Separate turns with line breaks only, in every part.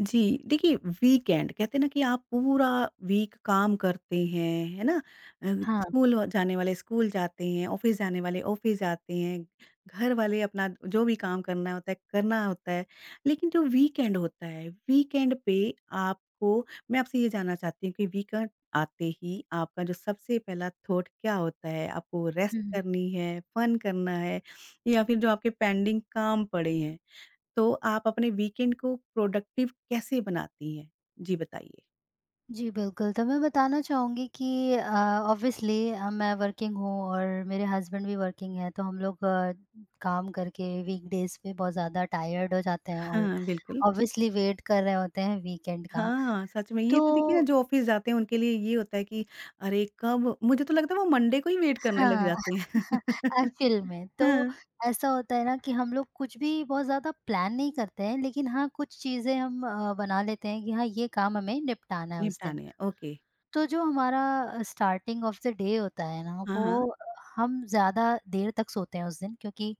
जी, देखिए वीकेंड कहते हैं ना कि आप पूरा वीक काम करते हैं, है ना? अ,
हाँ,
स्कूल व जाने वाले स्कूल जाते हैं, ऑफ़िस जाने वाले ऑफ़िस जाते हैं, घर वाले अपना जो भी काम करना होता है, करना होता है। लेकिन जो वीकेंड होता है, वीकेंड पे आपको मैं आपसे ये जानना चाहती हूँ कि वीकेंड आते ही आपका जो सबसे पहला थॉट क्या होता है? आपको रेस्ट
हुँ।
करनी है, फन करना है या फिर जो आपके पेंडिंग काम पड़े हैं, तो आप अपने वीकेंड को प्रोडक्टिव कैसे बनाती हैं? जी बताइए?
जी, बिल्कुल, तो मैं बताना चाहूँगी कि अ, ऑब्वियसली मैं वर्किंग हूँ और मेरे हस्बैंड भी वर्किंग हैं, तो हम लोग काम करके वीकडेज़ पे बहुत ज़्यादा टायर्ड हो जाते हैं और
हाँ, बिल्कुल।
ऑब्वियसली वेट कर रहे होते हैं वीकेंड का।
हाँ, सच में
तो
ये तो देखिए ना जो ऑफ़िस जाते हैं उनके लिए ये होता है कि अरे कब मुझे तो लगता है वो मंडे को ही वेट करने लग
हाँ,
जाते हैं।
एक्चुअल में तो
हाँ।
ऐसा होता है ना कि हम लोग कुछ भी बहुत ज़्यादा प्लान नहीं करते हैं, लेकिन हाँ, कुछ चीज़ें हम बना लेते हैं कि हाँ, ये काम हमें निपटाना है उस दिन।
निपटाने हैं, ओके।
तो जो हमारा स्टार्टिंग ऑफ द डे होता है ना
हाँ, हाँ।
वो हम ज़्यादा देर तक सोते हैं उस दिन, क्योंकि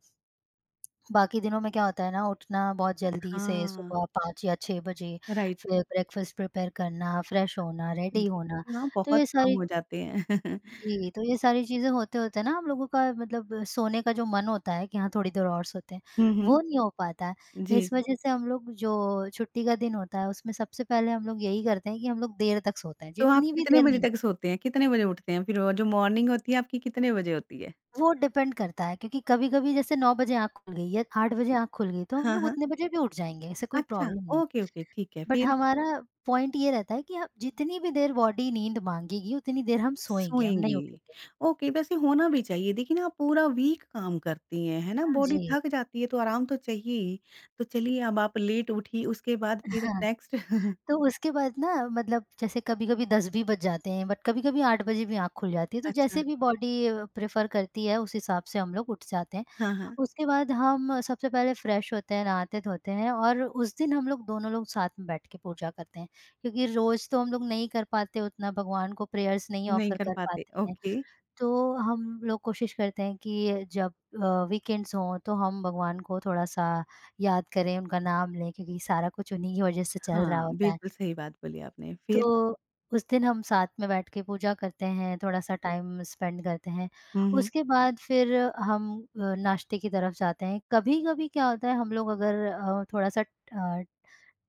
बाकी दिनों में क्या होता है ना, उठना बहुत जल्दी से
हाँ,
सुबह 5 या 6 बजे,
राइट।
फिर ब्रेकफास्ट प्रिपेयर करना, फ्रेश होना, रेडी
जी,
होना।
हाँ,
तो
बहुत
ये
काम
सारी
हो जाते हैं।
जी तो ये सारी चीज़ें होते होते ना हम लोगों का मतलब सोने का जो मन होता है कि हाँ थोड़ी देर और सोते हैं,
हुँ, हुँ।
वो नहीं हो पाता है।
जी,
इस वजह से हम लोग जो छुट्टी का दिन होता है उसमें सबसे पहले हम लोग यही करते हैं कि हम लोग देर तक सोते हैं
तो आप
जितनी भी
कितने
देर
बजे
नहीं।
तक सोते हैं? कितने बजे उठते हैं? फिर वो जो मॉर्निंग होती है आपकी कितने बजे होती है?
वो डिपेंड करता है क्योंकि कभी-कभी जैसे 9 बजे आँख खुल गई या 8 बजे आँख खुल गई, तो हम
हाँ,
लोग
हाँ।
उतने बजे भी उठ जाएँगे, ऐसे कोई
अच्छा,
प्रॉब्लम नहीं
ओके,
है।
ओके, ठीक है।
बट
फिर?
हमारा पॉइंट ये रहता है कि आप जितनी भी देर बॉडी नींद माँगेगी उतनी देर हम सोएँगे, हम नहीं
सोएंगी।
उठेंगे।
ओके, वैसे होना भी चाहिए। देखिए ना आप पूरा वीक काम करती हैं, है ना?
हाँ
बॉडी
जी,
थक जाती है तो आराम तो चाहिए ही। तो चलिए अब आप लेट उठी उसके बाद फिर
हाँ।
नेक्स्ट
तो उसके बाद ना मतलब जैसे कभी-कभी 10 भी बज जाते हैं बट कभी-कभी 8 बजे भी आँख खुल जाती है, तो
अच्छा,
जैसे भी बॉडी प्रेफ़र करती है उस हिसाब से हम लोग उठ जाते हैं।
हाँ, हाँ।
उसके बाद हम सबसे पहले फ्रेश होते हैं, नहाते-धोते हैं और उस दिन हम लोग दोनों लोग साथ में बैठ के पूजा करते हैं। क्योंकि रोज़ तो हम लोग नहीं कर पाते उतना, भगवान को प्रेयर्स नहीं
नहीं
ऑफ़र
कर
कर
पाते,
पाते हैं।
ओके।
तो हम लोग कोशिश करते हैं कि जब वीकेंड्स हों तो हम भगवान को थोड़ा-सा याद करें, उनका नाम लें क्योंकि सारा कुछ उन्हीं की वज़ह से चल रहा
हाँ,
होता है।
बिल्कुल सही बात बोली आपने। फिर?
तो उस दिन हम साथ में बैठ के पूजा करते हैं, थोड़ा-सा टाइम स्पेंड करते हैं।
हुँ, हुँ।
उसके बाद फिर हम नाश्ते की तरफ जाते हैं। कभी-कभी क्या होता है हम लोग अगर थोड़ा-सा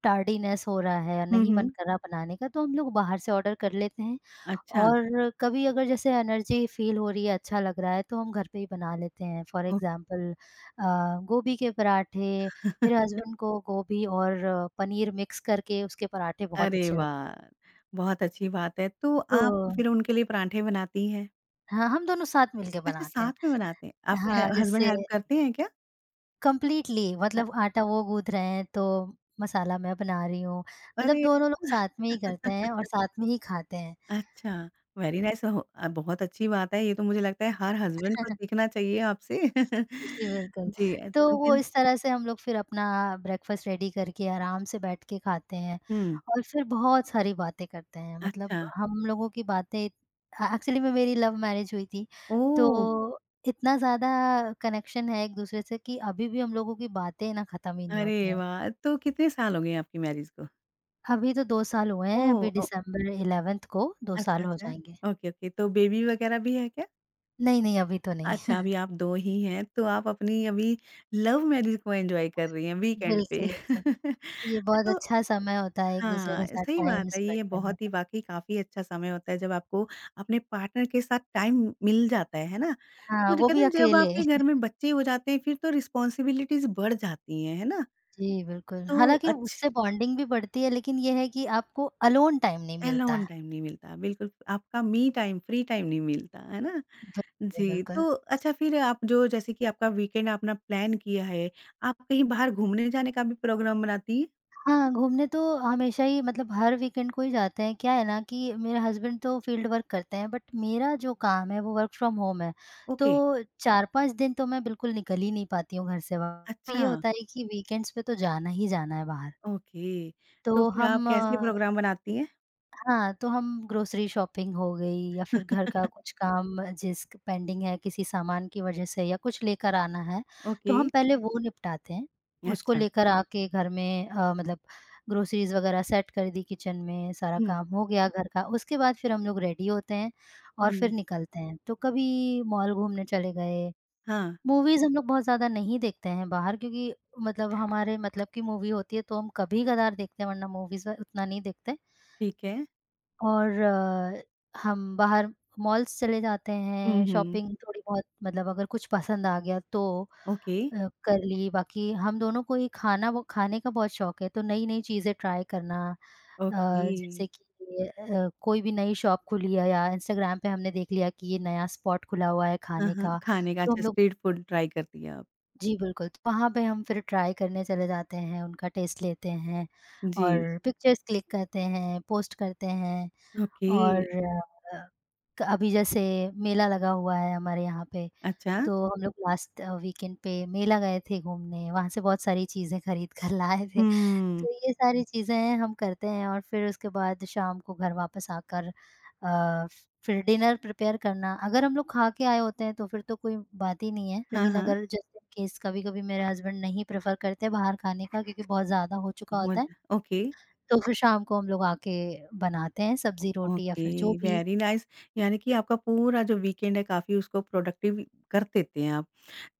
टार्डीनेस हो रहा है या
हुँ,
नहीं मन
हुँ।
कर रहा बनाने का, तो हम लोग बाहर से ऑर्डर कर लेते हैं।
अच्छा,
और कभी अगर जैसे एनर्जी फ़ील हो रही है, अच्छा लग रहा है तो हम घर पे ही बना लेते हैं। फॉर
ओ
एग्ज़ाम्पल गोभी के पराठे। मेरे हस्बैंड को गोभी और पनीर मिक्स करके उसके पराठे बहुत
अरे
अच्छे लगते हैं।
वाह! बहुत अच्छी बात है। तो
तो
आप फिर उनके लिए पराठे बनाती हैं?
हाँ, हम दोनों साथ मिलके
अच्छा
बनाते
साथ में बनाते हैं।
हैं।
आपके ह
हाँ,
हस्बैंड
जैसे
हेल्प करते हैं क्या?
कंप्लीटली
अ,
मतलब आटा वो गूँथ रहे हैं तो मसाला मैं बना रही हूँ, मतलब
अरे!
दोनों लोग साथ में ही करते हैं और साथ में ही खाते हैं।
अच्छा, वेरी नाइस हो बहुत अच्छी बात है, ये तो मुझे लगता है हर हस्बैंड को सीखना चाहिए आपसे।
जी, बिल्कुल।
जी,
तो
तो
वो
फिर
इस तरह से हम लोग फिर अपना ब्रेकफ़ास्ट रेडी करके आराम से बैठ के खाते हैं
हुँ,
और फिर बहुत सारी बातें करते हैं। मतलब
अच्छा,
हम लोगों की बातें एक्चुअली में मेरी लव मैरिज हुई थी,
ओह!
तो इतना ज़्यादा कनेक्शन है एक-दूसरे से कि अभी भी हम लोगों की बातें ना ख़त्म ही नहीं
अरे
होती हैं।
वाह! तो कितने साल हो गए आपकी मैरिज को?
अभी तो 2 साल हुए हैं,
ओह!
अभी
ओ
डिसेंबर 11 को 2
अच्छा,
साल हो
अच्छा,
जाएँगे।
ओके, ओके, तो बेबी वगैरह भी है क्या?
नहीं, नहीं अभी तो
अच्छा,
नहीं।
अभी आप 2 ही हैं, तो आप अपनी अभी लव मैरिज को एन्जॉय कर रही हैं वीकेंड पे।
बिल्कुल, बिल्कुल। ये बहुत
तो
अच्छा समय होता है एक-दूसरे
हाँ,
के साथ
सही बात
टाइम
है।
स्पेंड
ये
करने।
बहुत ही वाक़ई काफ़ी अच्छा समय होता है जब आपको अपने पार्टनर के साथ टाइम मिल जाता है ना?
हाँ,
तो जो
वो
कहते
भी
हैं जब
अकेले।
आपके घर में बच्चे हो जाते हैं फिर तो रिस्पॉन्सिबिलिटीज़ बढ़ जाती हैं, है ना?
जी, बिल्कुल।
तो
हालाँकि
अच्छ
उससे बॉन्डिंग भी बढ़ती है लेकिन ये है कि आपको अलोन टाइम नहीं मिलता
अलोन
है।
टाइम नहीं मिलता, बिल्कुल आपका मी टाइम, फ्री टाइम नहीं मिलता, है ना?
बिल्कुल,
जी,
बिल्कुल।
तो अच्छा फिर आप जो जैसे कि आपका वीकेंड आपने प्लान किया है, आप कहीं बाहर घूमने जाने का भी प्रोग्राम बनाती हैं?
हाँ, घूमने तो हमेशा ही मतलब हर वीकेंड को ही जाते हैं। क्या है ना कि मेरे हस्बैंड तो फील्ड वर्क करते हैं बट मेरा जो काम है वो वर्क फ्रॉम होम है।
ओके,
तो 4-5 दिन तो मैं बिल्कुल निकल ही नहीं पाती हूँ घर से बाहर।
अच्छा,
ये होता है कि वीकेंड्स पे तो जाना ही जाना है बाहर।
ओके।
तो
तो फिर आप
हम
कैसे प्रोग्राम बनाती हैं?
हाँ, तो हम ग्रोसरी शॉपिंग हो गई या फिर घर का हुँ। कुछ काम जिस पेंडिंग है किसी सामान की वजह से या कुछ लेकर आना है, तो
ओके,
हम पहले वो निपटाते हैं। उसको
अच्छा।
लेकर आके घर में मतलब ग्रोसरीज़ वगैरह सेट कर दी किचन में, सारा
हुँ,
काम हो गया घर का। उसके बाद फिर हम लोग रेडी होते हैं और
हुँ।
फिर निकलते हैं। तो कभी मॉल घूमने चले गए,
हाँ,
मूवीज़ हम लोग बहुत ज़्यादा नहीं देखते हैं बाहर क्योंकि मतलब हमारे मतलब की मूवी होती है तो हम कभी-कभार देखते हैं वरना मूवीज़ उतना नहीं देखते।
ठीक है।
और हम बाहर मॉल्स चले जाते
हुँ,
हैं,
हुँ।
शॉपिंग थोड़ी बहुत मतलब अगर कुछ पसंद आ गया तो
ओके।
कर ली, बाकी हम दोनों को ही खाना व खाने का बहुत शौक है, तो नई-नई चीज़ें ट्राई करना अ,
ओके।
जैसे कि कोई भी नई शॉप खुली है या इंस्टाग्राम पे हमने देख लिया कि ये नया स्पॉट खुला हुआ है
हाँ,
खाने
हाँ,
का,
खाने का
तो
अच्छा
हम लोग
स्ट्रीट फूड ट्राई करती हैं आप।
जी, बिल्कुल, तो वहाँ पे हम फिर ट्राई करने चले जाते हैं, उनका टेस्ट लेते हैं
जी।
और पिक्चर्स क्लिक करते हैं, पोस्ट करते हैं।
ओके,
और अ, क अभी जैसे मेला लगा हुआ है हमारे यहाँ पे,
अच्छा।
तो हम लोग लास्ट वीकेंड पे मेला गए थे घूमने, वहाँ से बहुत सारी चीज़ें खरीद कर लाए थे।
हुँ।
तो ये सारी चीज़ें हम करते हैं और फिर उसके बाद शाम को घर वापस आकर अ, फिर डिनर प्रिपेयर करना। अगर हम लोग खा के आए होते हैं तो फिर तो कोई बात ही नहीं है,
हाँ,
लेकिन
हाँ,
अगर जस्ट इन केस कभी-कभी मेरे हस्बैंड नहीं प्रेफ़र करते बाहर खाने का क्योंकि बहुत ज़्यादा हो चुका
मुझ
होता है,
ओके,
तो फिर शाम को हम लोग आके बनाते हैं सब्ज़ी, रोटी या फिर जो
ओके,
भी।
वेरी नाइस यानी कि आपका पूरा जो वीकेंड है काफ़ी उसको प्रोडक्टिव कर देते हैं आप।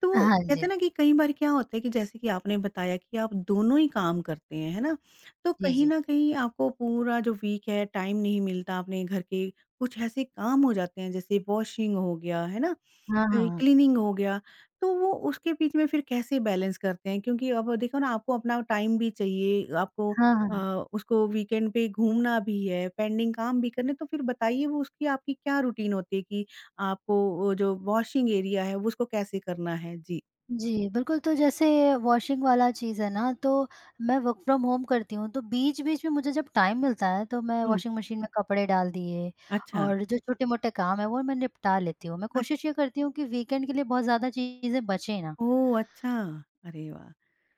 तो
हाँ
कहते हैं
जी।
ना कि कई बार क्या होता है कि जैसे कि आपने बताया कि आप दोनों ही काम करते हैं, है ना? तो
जी,
कहीं
जी।
न कहीं आपको पूरा जो वीक है टाइम नहीं मिलता, अपने घर के कुछ ऐसे काम हो जाते हैं जैसे वॉशिंग हो गया, है ना?
हाँ, हाँ।
क्लीनिंग हो गया, तो वो उसके बीच में फिर कैसे बैलेंस करते हैं? क्योंकि अब देखो ना आपको अपना टाइम भी चाहिए, आपको
हाँ, हाँ।
अ,
हाँ,
उसको वीकेंड पे घूमना भी है, पेंडिंग काम भी करने तो फिर बताइए वो उसकी आपकी क्या रूटीन होती है कि आपको वो जो वॉशिंग एरिया है वो उसको कैसे करना है? जी।
जी, बिल्कुल, तो जैसे वॉशिंग वाला चीज़ है ना, तो मैं वर्क फ्रॉम होम करती हूँ, तो बीच-बीच में मुझे जब टाइम मिलता है, तो मैं
हुँ,
वॉशिंग मशीन में कपड़े डाल दिए
अच्छा।
और जो छोटे-मोटे काम है, वो मैं निपटा लेती हूँ। मैं
अच्छ
कोशिश ये करती हूँ कि वीकेंड के लिए बहुत ज़्यादा चीज़ें बचें ना।
ओह! अच्छा। अरे वाह!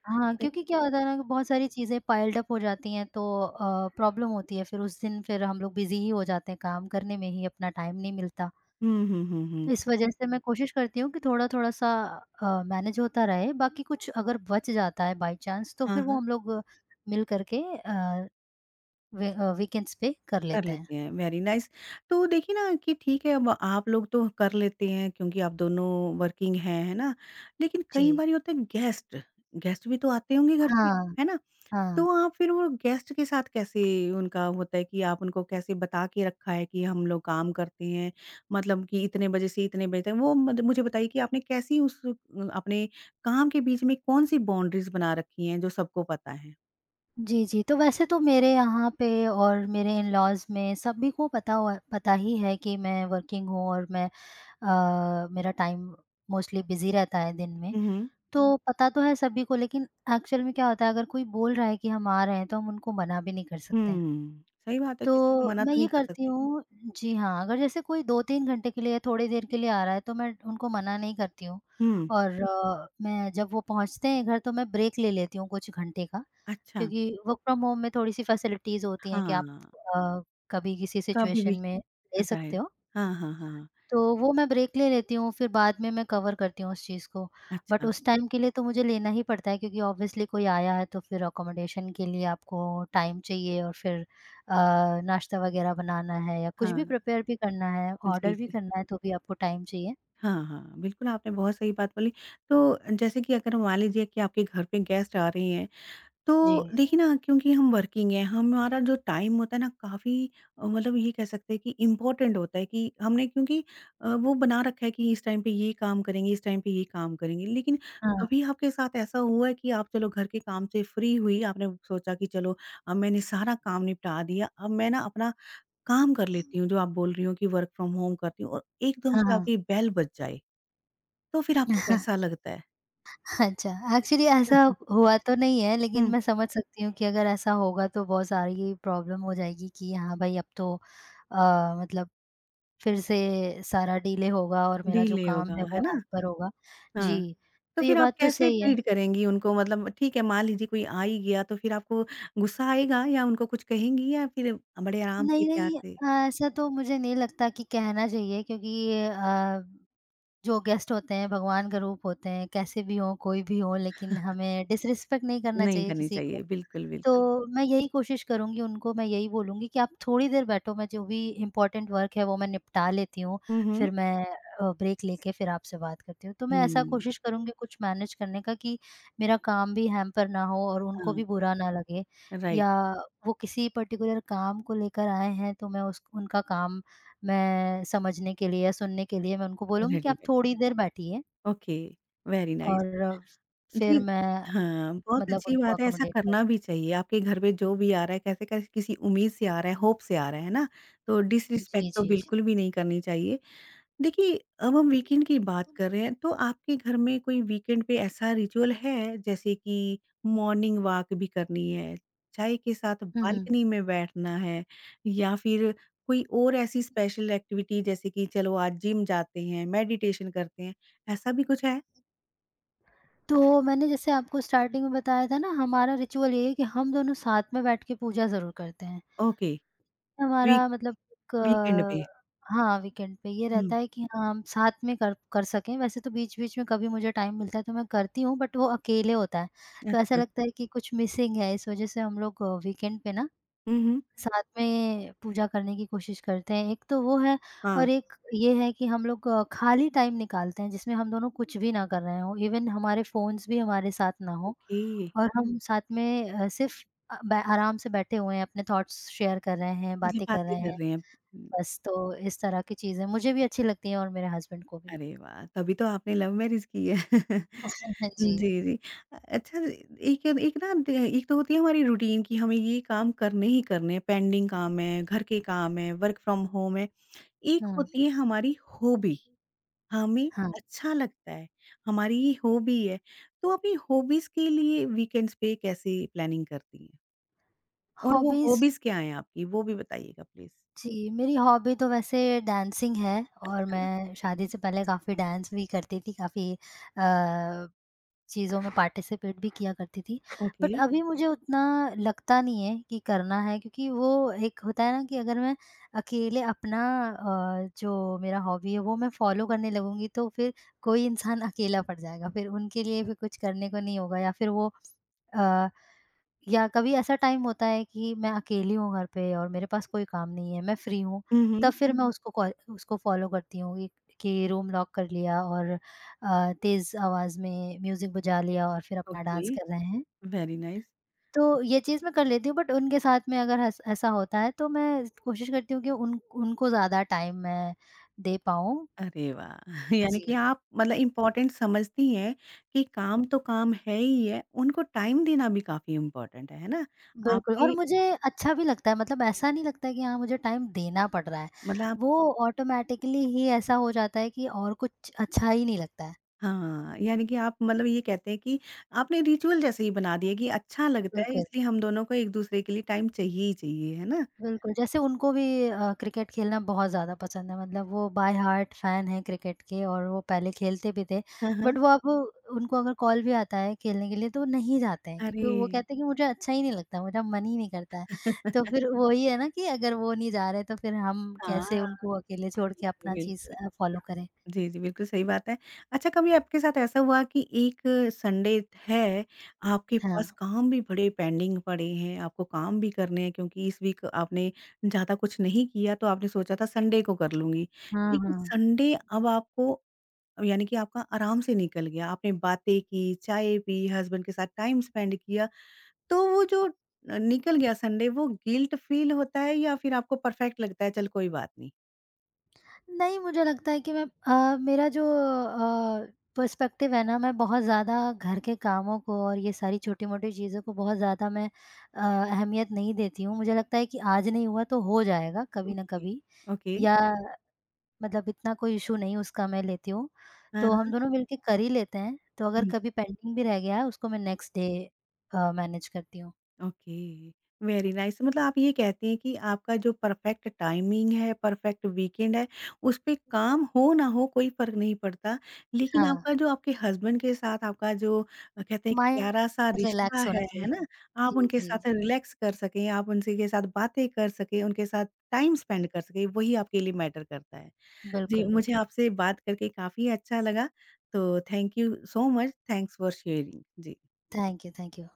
हाँ,
ते
क्योंकि क्या होता है ना कि बहुत सारी चीज़ें पाइल्ड अप हो जाती हैं, तो प्रॉब्लम होती है। फिर उस दिन फिर हम लोग बिज़ी ही हो जाते हैं, काम करने में ही अपना टाइम नहीं मिलता।
हुँ, हुँ, हुँ, हुँ।
तो इस वजह से मैं कोशिश करती हूँ कि थोड़ा-थोड़ा सा मैनेज होता रहे, बाकी कुछ अगर बच जाता है बाय चांस तो
हाँ,
फिर वो
हाँ।
हम लोग मिल करके वीकेंड्स पे कर
कर
लेते हैं।
लेते हैं, वेरी नाइस। तो देखिए ना कि ठीक है अब आप लोग तो कर लेते हैं क्योंकि आप दोनों वर्किंग हैं, है ना? लेकिन
जी।
कई बारी होता है गेस्ट, गेस्ट भी तो आते होंगे घर पे,
हाँ,
है ना?
हाँ।
तो आप फिर वो गेस्ट के साथ कैसे उनका होता है कि आप उनको कैसे बता के रखा है कि हम लोग काम करते हैं, मतलब कि इतने बजे से इतने बजे तक वो मत मुझे बताइए कि आपने कैसी उस अपने काम के बीच में कौन-सी बाउंड्रीज़ बना रखी हैं जो सबको पता है?
जी, जी, तो वैसे तो मेरे यहाँ पे और मेरे इन-लॉज़ में सभी को पता ही है कि मैं वर्किंग हूँ और मैं मेरा टाइम मोस्टली बिज़ी रहता है दिन में,
हुँ, हुँ।
तो पता तो है सभी को, लेकिन एक्चुअल में क्या होता है अगर कोई बोल रहा है कि हम आ रहे हैं, तो हम उनको मना भी नहीं कर सकते हैं।
हुँ, सही बात है
तो
किसी को मना
मैं
तो नहीं
ये
कर
करती
सकते।
हूँ जी हाँ, अगर जैसे कोई 2-3 घंटे के लिए, थोड़ी देर के लिए आ रहा है, तो मैं उनको मना नहीं करती हूँ।
हुँ।
और मैं जब वो पहुँचते हैं घर, तो मैं ब्रेक ले लेती हूँ कुछ घंटे का,
अच्छा,
क्योंकि वर्क फ्रॉम होम में थोड़ी-सी फैसिलिटीज़ होती
हाँ,
हैं कि आप अ, कभी किसी
कभी भी
सिचुएशन में ले सकते
राइट।
हो।
हाँ, हाँ, हाँ।
तो वो मैं ब्रेक ले लेती हूँ, फिर बाद में मैं कवर करती हूँ उस चीज़ को। बट
अच्छा,
उस टाइम के लिए तो मुझे लेना ही पड़ता है क्योंकि ऑब्वियसली कोई आया है तो फिर अकोमोडेशन के लिए आपको टाइम चाहिए और फिर नाश्ता वग़ैरह बनाना है या कुछ भी
हाँ।
प्रिपेयर भी करना है,
जी,
ऑर्डर भी
जी।
करना है तो भी आपको टाइम चाहिए।
हाँ, हाँ, बिल्कुल आपने बहुत सही बात बोली। तो जैसे कि अगर मान लीजिए कि आपके घर पे गेस्ट आ रहे हैं,
जी।
तो देखिए ना क्योंकि हम वर्किंग हैं, हमारा जो टाइम होता है ना काफ़ी मतलब ये कह सकते हैं कि इम्पोर्टेंट होता है कि हमने क्योंकि वो बना रखा है कि इस टाइम पे ये काम करेंगे, इस टाइम पे ये काम करेंगे। लेकिन
हाँ,
कभी आपके साथ ऐसा हुआ है कि आप चलो घर के काम से फ्री हुई, आपने सोचा कि चलो अब मैंने सारा काम निपटा दिया, अब मैं ना अपना काम कर लेती हूँ जो आप बोल रही हो कि वर्क फ्रॉम होम करती हूँ और एकदम
हाँ,
से
हाँ।
आपकी बेल बज जाए, तो फिर आपको कैसा लगता है?
अच्छा, एक्चुअली ऐसा हुआ तो नहीं है लेकिन
हुँ,
मैं समझ सकती हूँ कि अगर ऐसा होगा तो बहुत सारी प्रॉब्लम हो जाएगी कि हाँ भाई अब तो मतलब फिर से सारा डिले होगा और मेरा जो
डिले होगा,
काम है
है
वो
ना?
हैम्पर होगा।
हाँ।
जी,
तो
तो ये
फिर आप
बात तो
कैसे
सही है।
ट्रीट करेंगी उनको? मतलब ठीक है, मान लीजिए कोई आ ही गया तो फिर आपको गुस्सा आएगा या उनको कुछ कहेंगी या फिर बड़े आराम से,
नहीं,
प्यार
नहीं
से?
ऐसा तो मुझे नहीं लगता कि कहना चाहिए क्योंकि जो गेस्ट होते हैं भगवान का रूप होते हैं, कैसे भी हों, कोई भी हो लेकिन हमें डिसरिस्पेक्ट नहीं करना
नहीं
चाहिए
करनी
किसी को।
चाहिए, बिल्कुल, बिल्कुल।
तो मैं यही कोशिश करूँगी उनको, मैं यही बोलूँगी कि आप थोड़ी देर बैठो, मैं जो भी इम्पोर्टेंट वर्क है वो मैं निपटा लेती हूँ,
हुँ, हुँ।
फिर मैं ब्रेक लेके फिर आपसे बात करती हूँ। तो मैं ऐसा
हुँ,
कोशिश करूँगी कुछ मैनेज करने का कि मेरा काम भी हैम्पर ना हो और उनको
हाँ,
भी बुरा ना लगे
राइट,
या वो किसी पर्टिकुलर काम को लेकर आए हैं तो मैं उस उनका काम मैं समझने के लिए या सुनने के लिए मैं उनको बोलूँगी कि आप
रेडीमेड।
थोड़ी देर बैठिए
ओके, वेरी नाइस।
और
जी,
फिर मैं
हाँ, बहुत
मतलब
अच्छी
उनको
बात है, ऐसा
अकोमोडेट
करना भी
करूँगी।
चाहिए। आपके घर पे जो भी आ रहा है, कैसे-कैसे किसी उम्मीद से आ रहा है, होप से आ रहा है ना? तो डिसरिस्पेक्ट
जी,
तो
जी, जी।
बिल्कुल भी नहीं करनी चाहिए। देखिए, अब हम वीकेंड की बात कर रहे हैं, तो आपके घर में कोई वीकेंड पे ऐसा रिचुअल है, जैसे कि मॉर्निंग वॉक भी करनी है, चाय के साथ
हुँ, हुँ।
बालकनी में बैठना है या फिर कोई और ऐसी स्पेशल एक्टिविटी जैसे कि चलो आज जिम जाते हैं, मेडिटेशन करते हैं, ऐसा भी कुछ है?
तो मैंने जैसे आपको स्टार्टिंग में बताया था ना हमारा रिचुअल ये है कि हम दोनों साथ में बैठ के पूजा ज़रूर करते हैं।
ओके, वीक
हमारा मतलब एक
वीकेंड पे।
हाँ, वीकेंड पे ये
हुँ,
रहता है कि हाँ, हम साथ में कर कर सकें। वैसे तो बीच-बीच में कभी मुझे टाइम मिलता है तो मैं करती हूँ बट वो अकेले होता है। तो ऐसा
अच्छा।
लगता है कि कुछ मिसिंग है इस वज़ह से हम लोग वीकेंड पे ना
हुँ, हुँ।
साथ में पूजा करने की कोशिश करते हैं। एक तो वो है
हाँ,
और एक ये है कि हम लोग खाली टाइम निकालते हैं जिसमें हम दोनों कुछ भी ना कर रहे हों। इवन हमारे फ़ोन्स भी हमारे साथ ना हों।
ओके,
और हम साथ में सिर्फ़ अ, बै आराम से बैठे हुए हैं, अपने थॉट्स शेयर कर रहे हैं,
मतलब
बातें कर
बातें
रहे हुँ।
कर
हैं।
रहे हैं। हुँ,
बस तो इस तरह की चीज़ें मुझे भी अच्छी लगती हैं और मेरे हस्बैंड को भी।
अरे वाह! तभी तो आपने लव मैरिज की है।
जी।
जी, जी। अच्छा एक एक ना द एक तो होती है हमारी रूटीन कि हमें ये काम करने ही करने हैं, पेंडिंग काम है, घर के काम है, वर्क फ्रॉम होम है। एक
हाँ,
होती है हमारी हॉबी, हमें
हाँ।
अच्छा लगता है, हमारी ये हॉबी है। तो अपनी हॉबीज़ के लिए वीकेंड्स पे कैसे प्लानिंग करती हैं? और वो
हॉबीज़।
हॉबीज़ क्या हैं आपकी? वो भी बताइएगा प्लीज़?
जी, मेरी हॉबी तो वैसे डांसिंग है और
अच्छा,
मैं शादी से पहले काफ़ी डांस भी करती थी, काफ़ी अ चीज़ों में पार्टिसिपेट भी किया करती थी।
ओके।
बट अभी मुझे उतना लगता नहीं है कि करना है क्योंकि वो एक होता है ना कि अगर मैं अकेले अपना जो मेरा हॉबी है वो मैं फ़ॉलो करने लगूँगी तो फिर कोई इंसान अकेला पड़ जाएगा। फिर उनके लिए भी कुछ करने को नहीं होगा या फिर वो अ या कभी ऐसा टाइम होता है कि मैं अकेली हूँ घर पे और मेरे पास कोई काम नहीं है, मैं फ्री हूँ,
हुँ, हुँ।
तब फिर मैं हुँ। उसको फ़ॉलो करती हूँ कि रूम लॉक कर लिया और तेज़ आवाज़ में म्यूज़िक बजा लिया और फिर अपना
ओके,
डांस कर रहे हैं।
Very nice.
तो ये चीज़ मैं कर लेती हूँ बट उनके साथ में अगर ऐस ऐसा होता है तो मैं कोशिश करती हूँ कि उन उनको ज़्यादा टाइम मैं दे पाऊँ।
अरे वाह! यानी
जी।
कि आप मतलब इम्पोर्टेंट समझती हैं कि काम तो काम है ही है, उनको टाइम देना भी काफ़ी इम्पोर्टेंट है ना?
बिल्कुल और
आपके
मुझे अच्छा भी लगता है मतलब ऐसा नहीं लगता है कि हाँ मुझे टाइम देना पड़ रहा है।
मतलब आप
वो ऑटोमैटिकली ही ऐसा हो जाता है कि और कुछ अच्छा ही नहीं लगता है।
हाँ, यानी कि आप मतलब ये कहते हैं कि आपने रिचुअल जैसे ही बना दिया कि अच्छा लगता है
बिल्कुल,
इसलिए हम दोनों को एक-दूसरे के लिए टाइम चाहिए ही चाहिए, है ना?
बिल्कुल जैसे उनको भी क्रिकेट खेलना बहुत ज़्यादा पसंद है मतलब वो बाय हार्ट फ़ैन हैं क्रिकेट के और वो पहले खेलते भी थे।
हाँ, हाँ।
बट वो अब उनको अगर कॉल भी आता है खेलने के लिए तो वो नहीं जाते हैं
अरे!
क्योंकि वो कहते हैं कि मुझे अच्छा ही नहीं लगता, मेरा मन ही नहीं करता है। तो फिर वही है ना कि अगर वो नहीं जा रहे तो फिर हम
हाँ,
कैसे उनको अकेले छोड़ के अपना चीज़
बिल्कुल।
फ़ॉलो करें।
जी, जी, बिल्कुल सही बात है। अच्छा कभी आपके साथ ऐसा हुआ कि एक संडे है, आपके
हाँ,
पास काम भी बड़े पेंडिंग पड़े हैं, आपको काम भी करने हैं क्योंकि इस वीक आपने ज़्यादा कुछ नहीं किया तो आपने सोचा था संडे को कर लूँगी।
हाँ,
लेकिन
हाँ।
संडे अब आपको यानी कि आपका आराम से निकल गया, आपने बातें की, चाय पी, हस्बैंड के साथ टाइम स्पेंड किया, तो वो जो निकल गया संडे वो गिल्ट फील होता है या फिर आपको परफेक्ट लगता है चल कोई बात नहीं?
नहीं, मुझे लगता है कि मेरा जो पर्सपेक्टिव है ना, मैं बहुत ज़्यादा घर के कामों को और ये सारी छोटी-मोटी चीज़ों को बहुत ज़्यादा मैं अहमियत नहीं देती हूँ। मुझे लगता है कि आज नहीं हुआ तो हो जाएगा कभी न
ओके।
कभी
ओके।
या मतलब इतना कोई इश्यू नहीं उसका मैं लेती हूँ।
हाँ,
तो हम दोनों मिलके कर ही लेते हैं। तो अगर
हाँ।
कभी पेंडिंग भी रह गया है, उसको मैं नेक्स्ट डे मैनेज करती हूँ।
ओके, वेरी नाइस मतलब आप ये कहती हैं कि आपका जो परफेक्ट टाइमिंग है, परफेक्ट वीकेंड है, उस पे काम हो ना हो कोई फ़र्क नहीं पड़ता। लेकिन
हाँ,
आपका जो आपके हस्बैंड के साथ आपका जो कहते हैं कि प्यारा-सा
माइंड
रिश्ता
रिलैक्स होना
है
चाहिए।
ना? आप
जी,
उनके
जी,
साथ
जी।
रिलैक्स कर सकें, आप उनसे के साथ बातें कर सकें, उनके साथ टाइम स्पेंड कर सकें, वही आपके लिए मैटर करता है। जी,
बिल्कुल,
मुझे
बिल्कुल।
आपसे बात करके काफ़ी अच्छा लगा, तो thank you so much, thanks for sharing. जी।
Thank you, thank you.